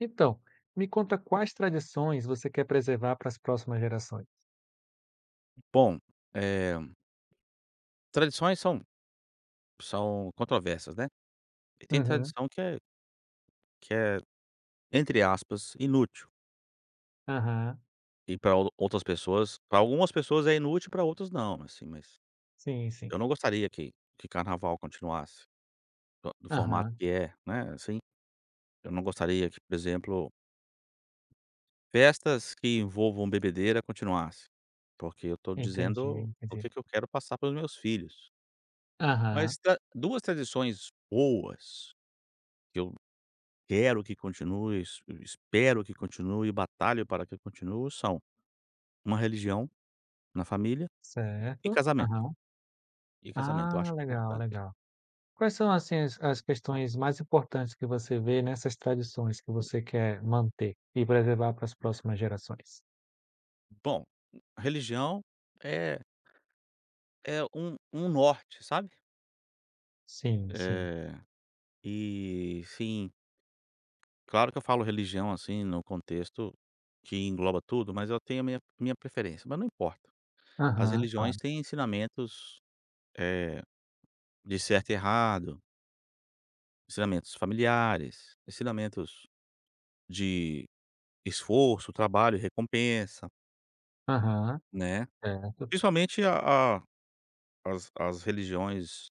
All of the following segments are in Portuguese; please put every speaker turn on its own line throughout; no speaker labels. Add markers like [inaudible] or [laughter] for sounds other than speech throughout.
Então, me conta quais tradições você quer preservar para as próximas gerações?
Bom, eh, tradições são controversas, né. E tem
Uhum,
tradição que é, entre aspas, "inútil",
aham,
e para algumas pessoas é inútil, para outras não, assim, mas
sim, sim.
eu não gostaria que carnaval continuasse do formato
Aham,
que é, né, assim. Eu não gostaria que, por exemplo, festas que envolvam bebedeira continuasse, porque eu estou
entendi,
dizendo o
entendi.
que que eu quero passar para os meus filhos.
Aham,
Mas tra 2 tradições boas que eu quero que continue, es espero que continue, batalho para que continue, são uma religião na família e
certo.
casamento.
Aham.
E casamento, eu
Ah,
acho
legal,
importante.
legal. Quais são, assim, as questões mais importantes que você vê nessas tradições que você quer manter e preservar para as próximas gerações?
Bom, a religião é é um norte, sabe.
Sim, sim.
É e sim, claro que eu falo religião, assim, no contexto que engloba tudo, mas eu tenho a minha preferência, mas não importa. As
Aham,
religiões
claro.
têm ensinamentos, eh, de certo e errado, ensinamentos familiares, ensinamentos de esforço, trabalho recompensa,
Aham,
né.
certo.
Principalmente a as religiões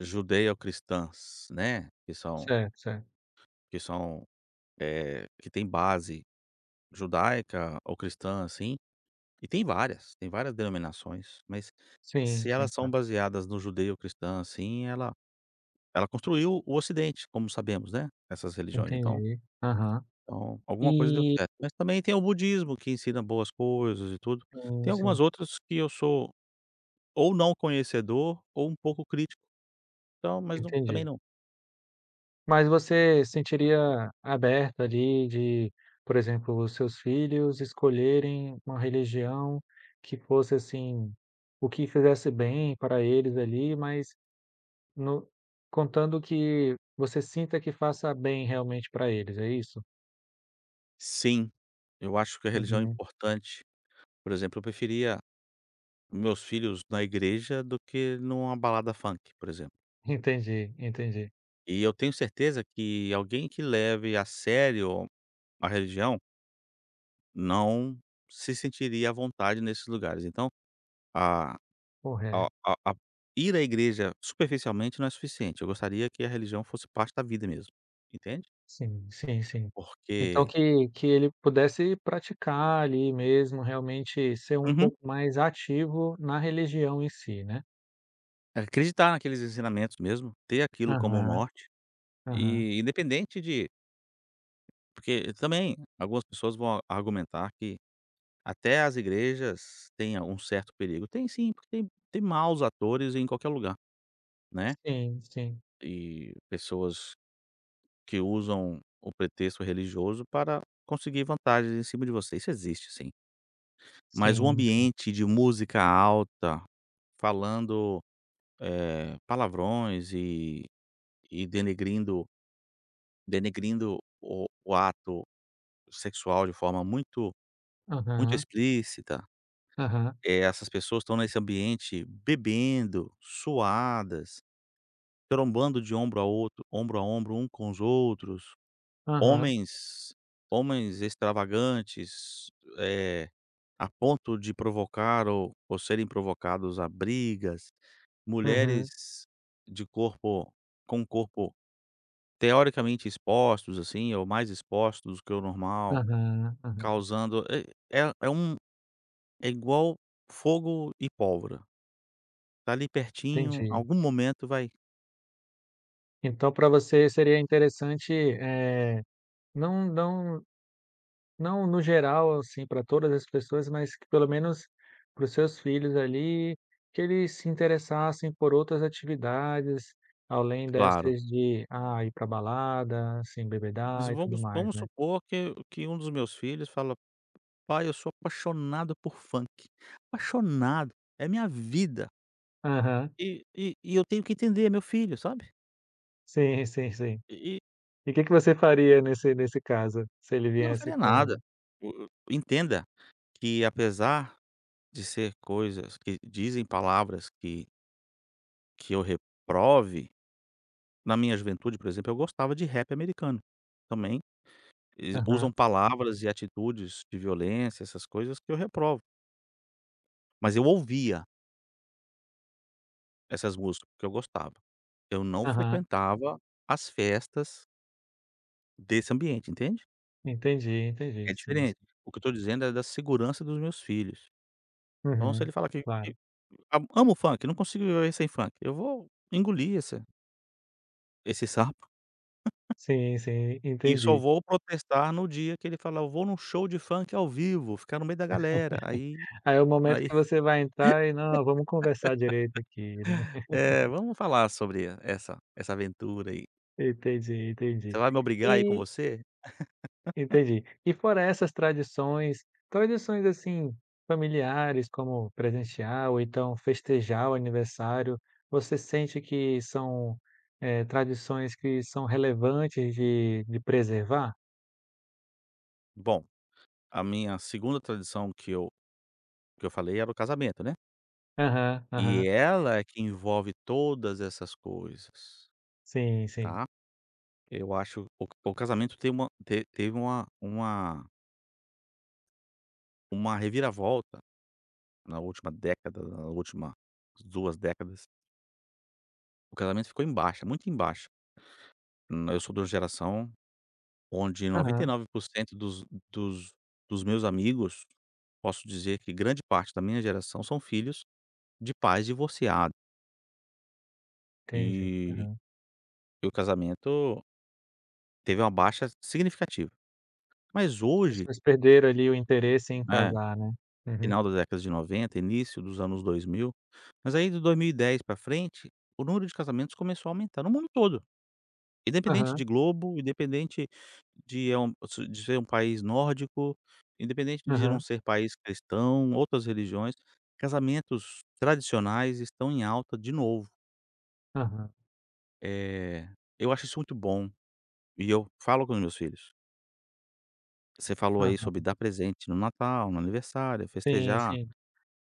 judaico-cristãs, né,
Certo, certo.
que são, que tem base judaica ou cristã, assim, e tem várias denominações, mas
Sim,
se
sim,
elas são
claro.
baseadas no judeu cristã assim, ela construiu o ocidente, como sabemos, né, essas religiões, então
Entendi. Aham.
alguma coisa deu
E
certo. Mas também tem o budismo que ensina boas coisas e tudo.
sim,
Tem
sim.
algumas outras que eu sou ou não conhecedor, ou um pouco crítico. Então mas não também
Entendi.
não.
Mas você sentiria aberta ali de, por exemplo, os seus filhos escolherem uma religião que fosse assim, o que fizesse bem para eles ali, mas no, contando que você sinta que faça bem realmente para eles, é isso?
Sim, eu acho que a religião é
Uhum.
importante. Por exemplo, eu preferia meus filhos na igreja do que numa balada funk, por exemplo.
[laughs] Entendi, entendi.
E eu tenho certeza que alguém que leve a sério a religião não se sentiria à vontade nesses lugares. Então, a
Correto.
a ir à igreja superficialmente não é suficiente. Eu gostaria que a religião fosse parte da vida mesmo, entende?
Sim, sim, sim. Então
Porque.
que ele pudesse praticar ali mesmo, realmente ser um
Uhum.
pouco mais ativo na religião em si, né?
Acreditar naqueles ensinamentos mesmo, ter aquilo como um
Aham,
norte,
aham.
e independente de porque também algumas pessoas vão argumentar que até as igrejas têm um certo perigo. Tem sim, porque tem maus atores em qualquer lugar, né,
Sim, sim,
e pessoas que usam o pretexto religioso para conseguir vantagens em cima de você, isso existe sim. Mas o
sim.
ambiente de música alta, falando, palavrões e denegrindo, o ato sexual de forma muito
Aham,
explícita,
aham,
essas pessoas estão nesse ambiente bebendo, suadas, trombando de ombro a ombro um com os outros,
aham,
homens homens extravagantes, eh, a ponto de provocar ou serem provocados a brigas,
uhum,
mulheres de corpo com corpo teoricamente expostos, assim, ou mais expostos do que o normal.
aham, aham.
Causando é é um é igual fogo e pólvora, tá ali pertinho,
Entendi.
algum momento vai.
Então para você seria interessante, não não não no geral, assim, para todas as pessoas, mas que pelo menos para os seus filhos ali, que eles se interessassem por outras atividades, além
Claro.
dessas de, ah, ir para balada, se
Mas
embebedar e tudo mais,
vamos
né?
supor que um dos meus filhos fala: "Pai, eu sou apaixonado por funk, apaixonado, é minha vida".
Aham.
E eu tenho que entender, é meu filho, sabe.
Sim, sim, sim.
E
E o que que você faria nesse caso, se ele
e eu não
viesse
faria
com
nada. O entenda que apesar de ser coisas que dizem palavras que eu reprove. Na minha juventude, por exemplo, eu gostava de rap americano. Também, eles
aham,
usam palavras e atitudes de violência, essas coisas que eu reprovo. Mas eu ouvia essas músicas, porque eu gostava. Eu não
aham,
frequentava as festas desse ambiente, entende?
entendi, entendi,
É
sim,
diferente.
sim.
O que eu tô dizendo é da segurança dos meus filhos. Então, se
Uhum,
ele fala
claro.
que a amo funk, não consigo viver sem funk, eu vou engolir essa esse sapo
Sim, sim,
e só
entendi.
vou protestar no dia que ele falar: "Eu vou num show de funk ao vivo, ficar no meio da galera", aí.
Aí é o momento
aí
que você vai entrar e: "Não, vamos conversar direito aqui", né. [laughs]
Vamos falar sobre essa aventura aí.
Entendi,
Você
entendi.
vai me obrigar a ir com
E
você?
Entendi. E fora essas tradições, tradições assim familiares, como presentear ou então festejar o aniversário, você sente que são, tradições que são relevantes de preservar?
Bom, a minha segunda tradição que eu falei era o casamento, né.
Aham, aham.
E ela é que envolve todas essas coisas,
Sim, sim.
tá. Eu acho o casamento tem uma te teve uma reviravolta na última década, na última 2 décadas. O casamento ficou em baixa, muito em baixa. Eu sou de uma geração onde
Aham,
99% dos dos meus amigos. Posso dizer que grande parte da minha geração são filhos de pais divorciados
entendi.
e
Aham.
o casamento teve uma baixa significativa. Mas
As
hoje,
pessoas perderam ali o interesse em
né,
casar, né. Uhum.
final da década de 90, início dos anos 2000, mas aí de 2010 para frente, o número de casamentos começou a aumentar no mundo todo, independente
Aham,
de globo, independente de de ser um país nórdico, independente de não
aham,
ser país cristão, outras religiões, casamentos tradicionais estão em alta de novo.
aham,
Eh, eu acho isso muito bom, e eu falo com os meus filhos. Você falou aí
aham.
sobre dar presente no Natal, no aniversário,
Sim,
festejar,
sim.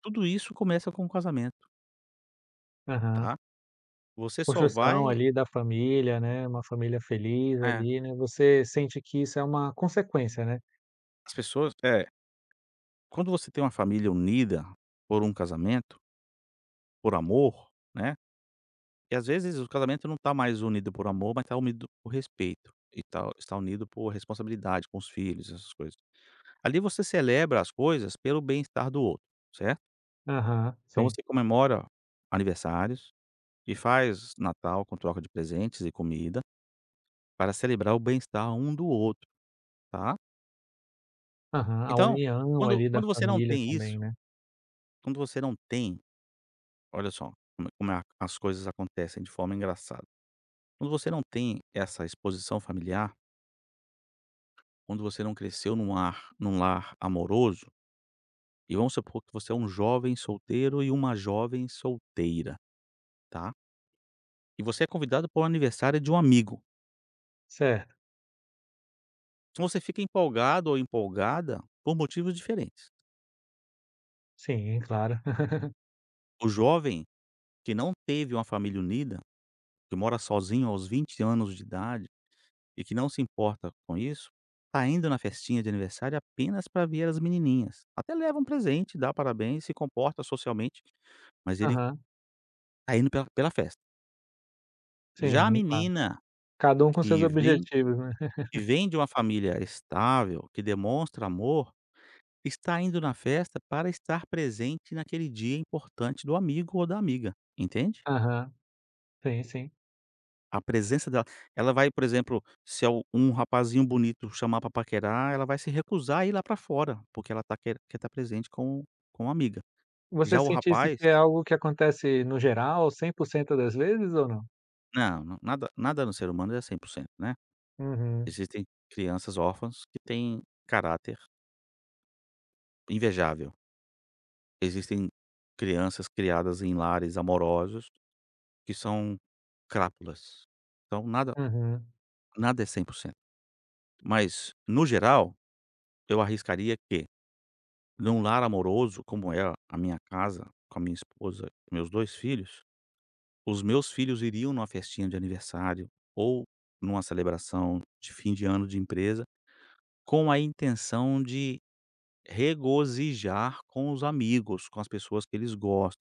tudo isso começa com o casamento,
Aham.
tá. Você só
Construção
vai
ali da família, né, uma família feliz
é,
ali, né, você sente que isso é uma consequência, né?
as pessoas é, quando você tem uma família unida por um casamento, por amor, né, e às vezes o casamento não tá mais unido por amor, mas tá unido por respeito e tal, está unido por responsabilidade com os filhos, essas coisas. Ali você celebra as coisas pelo bem-estar do outro, certo?
Aham,
Então
sim.
você comemora aniversários e faz Natal com troca de presentes e comida para celebrar o bem-estar um do outro, tá.
Aham, a
Então,
união ali da
quando você não
família
tem
também,
isso,
né?
quando você não tem, olha só como é a as coisas acontecem de forma engraçada. Quando você não tem essa exposição familiar, quando você não cresceu num lar amoroso, e vamos supor que você é um jovem solteiro e uma jovem solteira, tá. E você é convidado para o aniversário de um amigo.
Certo,
Então você fica empolgado ou empolgada por motivos diferentes.
sim, claro. [laughs]
O jovem que não teve uma família unida, que mora sozinho aos 20 anos de idade e que não se importa com isso, tá indo na festinha de aniversário apenas para ver as menininhas. Até leva um presente, dá parabéns, se comporta socialmente, mas ele
Aham,
tá indo pela, pela festa. Já a
sim, claro.
menina
Cada um com seus
que vem,
objetivos, né?
de uma família estável, que demonstra amor, está indo na festa para estar presente naquele dia importante do amigo ou da amiga, entende?
[laughs] Aham, sim, sim.
A presença dela, ela vai, por exemplo, se é um rapazinho bonito chamar para paquerar, ela vai se recusar a ir lá para fora, porque ela tá, quer estar presente com a amiga.
Você
Já o
sente isso
rapaz
que é algo que acontece no geral, 100% das vezes ou não?
não, não, nada no ser humano é 100%, né.
Uhum,
Existem crianças órfãs que têm caráter invejável. Existem crianças criadas em lares amorosos que são crápulas. Então nada,
uhum.
nada é 100%, mas no geral, eu arriscaria que, num lar amoroso como é a minha casa, com a minha esposa e meus 2 filhos, os meus filhos iriam numa festinha de aniversário ou numa celebração de fim de ano de empresa, com a intenção de regozijar com os amigos, com as pessoas que eles gostam,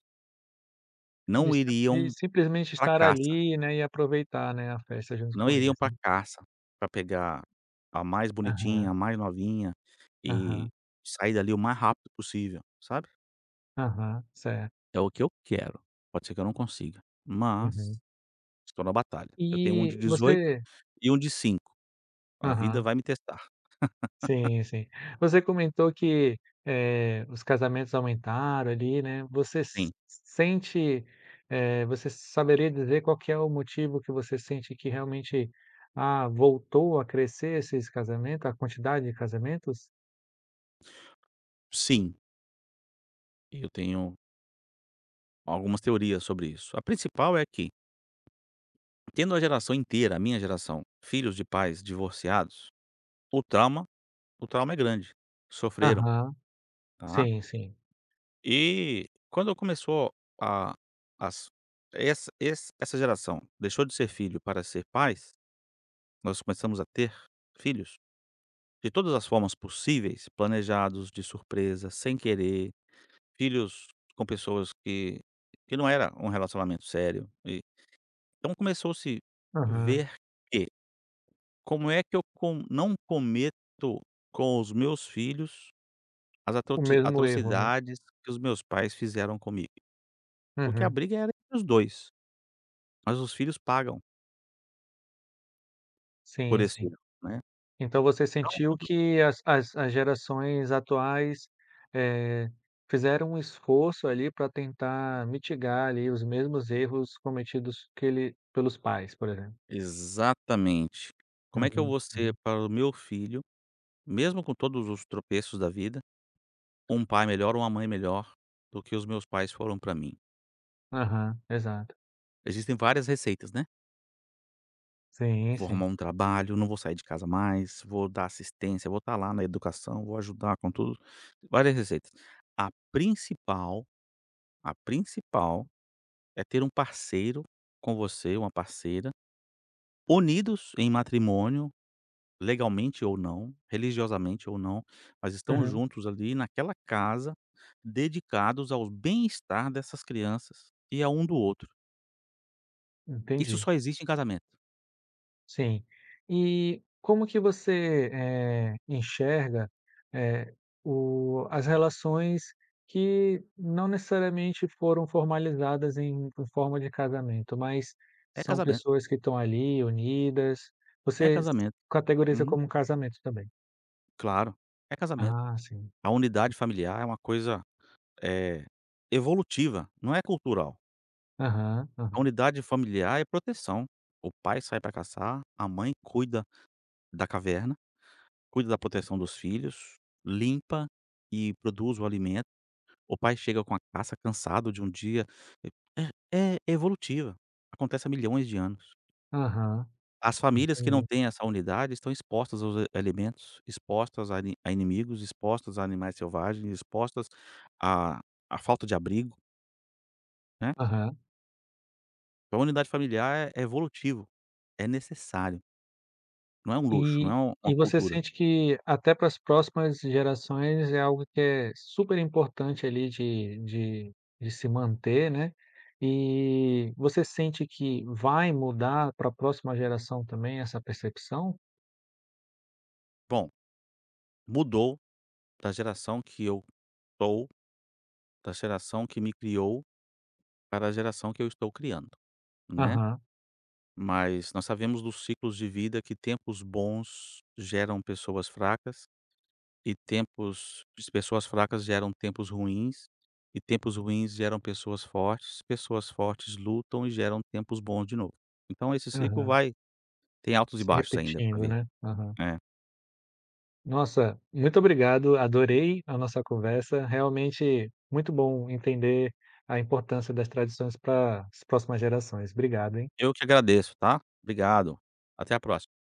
De
não
sim de
iriam
simplesmente
pra
estar
caça.
ali, né, e aproveitar, né, a festa junto
Não
com
iriam
eles,
pra
né?
caça, pra pegar a mais
Aham,
bonitinha, a mais novinha e
aham.
sair dali o mais rápido possível, sabe.
Aham, certo.
É o que eu quero, pode ser que eu não consiga,
Uhum.
mas estou na batalha. Eu tenho um de
E
18
você
e um de 5. A vida
aham,
vai me testar.
sim, sim. Você comentou que, os casamentos aumentaram ali, né, você s
Sim,
sente, você saberia dizer qual que é o motivo que você sente que realmente, ah, voltou a crescer esses casamentos, a quantidade de casamentos?
sim, eu tenho algumas teorias sobre isso. A principal é que, tendo a geração inteira, a minha geração, filhos de pais divorciados, o trauma, é grande, sofreram,
Aham,
tá.
sim, sim.
E quando começou a as essa esse essa geração deixou de ser filho para ser pais, nós começamos a ter filhos de todas as formas possíveis, planejados, de surpresa, sem querer, filhos com pessoas que não era um relacionamento sério e então começou-se
Aham.
ver que como é que eu com não cometo com os meus filhos as
O
atroti
mesmo erro, né.
atrocidades que os meus pais fizeram comigo, porque a
Uhum.
briga era entre os 2. Mas os filhos pagam por
Sim,
esse
sim.
erro, né.
Então você
Então
sentiu
quando,
que as gerações atuais, eh, fizeram um esforço ali para tentar mitigar ali os mesmos erros cometidos que ele pelos pais, por exemplo.
exatamente. Como é que eu
Uhum,
vou ser
uhum.
para o meu filho, mesmo com todos os tropeços da vida, um pai melhor ou uma mãe melhor do que os meus pais foram para mim?
Aham, exato.
Existem várias receitas, né.
Sim,
Vou
sim.
arrumar um trabalho, não vou sair de casa mais, vou dar assistência, vou estar lá na educação, vou ajudar com tudo, várias receitas. A principal, a principal é ter um parceiro com você, uma parceira, unidos em matrimônio legalmente ou não, religiosamente ou não, mas estão
Uhum,
juntos ali naquela casa, dedicados ao bem-estar dessas crianças e a um do outro. Isso
entendi.
só existe em casamento.
Sim. E como que você, enxerga, eh, o as relações que não necessariamente foram formalizadas em forma de casamento, mas
É
são
casamento,
pessoas que estão ali unidas.
é
Você s
casamento.
categoriza
Uhum.
como um casamento também?
Claro, é casamento.
Ah, sim.
A unidade familiar é uma coisa, eh, evolutiva, não é cultural.
Aham,
A
aham,
unidade familiar é proteção. O pai sai para caçar, a mãe cuida da caverna, cuida da proteção dos filhos, limpa e produz o alimento. O pai chega com a caça cansado de um dia. É é evolutiva, acontece há milhões de anos.
aham,
As famílias que não
entendi.
têm essa unidade estão expostas aos a alimentos, expostas a inimigos, expostas a animais selvagens, expostas a à falta de abrigo, né.
Aham.
Então a unidade familiar é evolutivo, é necessário, não é um luxo, não
E
é uma
e você
cultura.
sente que até para as próximas gerações é algo que é super importante ali de de se manter, né. E você sente que vai mudar para a próxima geração também essa percepção?
Bom, mudou da geração que eu estou, da geração que me criou, para a geração que eu estou criando, né.
Aham,
Mas nós sabemos dos ciclos de vida que tempos bons geram pessoas fracas e tempos pessoas fracas geram tempos ruins, e tempos ruins geram pessoas fortes lutam e geram tempos bons de novo. Então esse ciclo
aham.
vai, tem altos e
Se
baixos ainda para
repetindo,
ver.
né. Aham.
É.
Nossa, muito obrigado, adorei a nossa conversa. Realmente muito bom entender a importância das tradições para as próximas gerações. Obrigado, hein.
Eu que agradeço, tá? Obrigado. Até a próxima.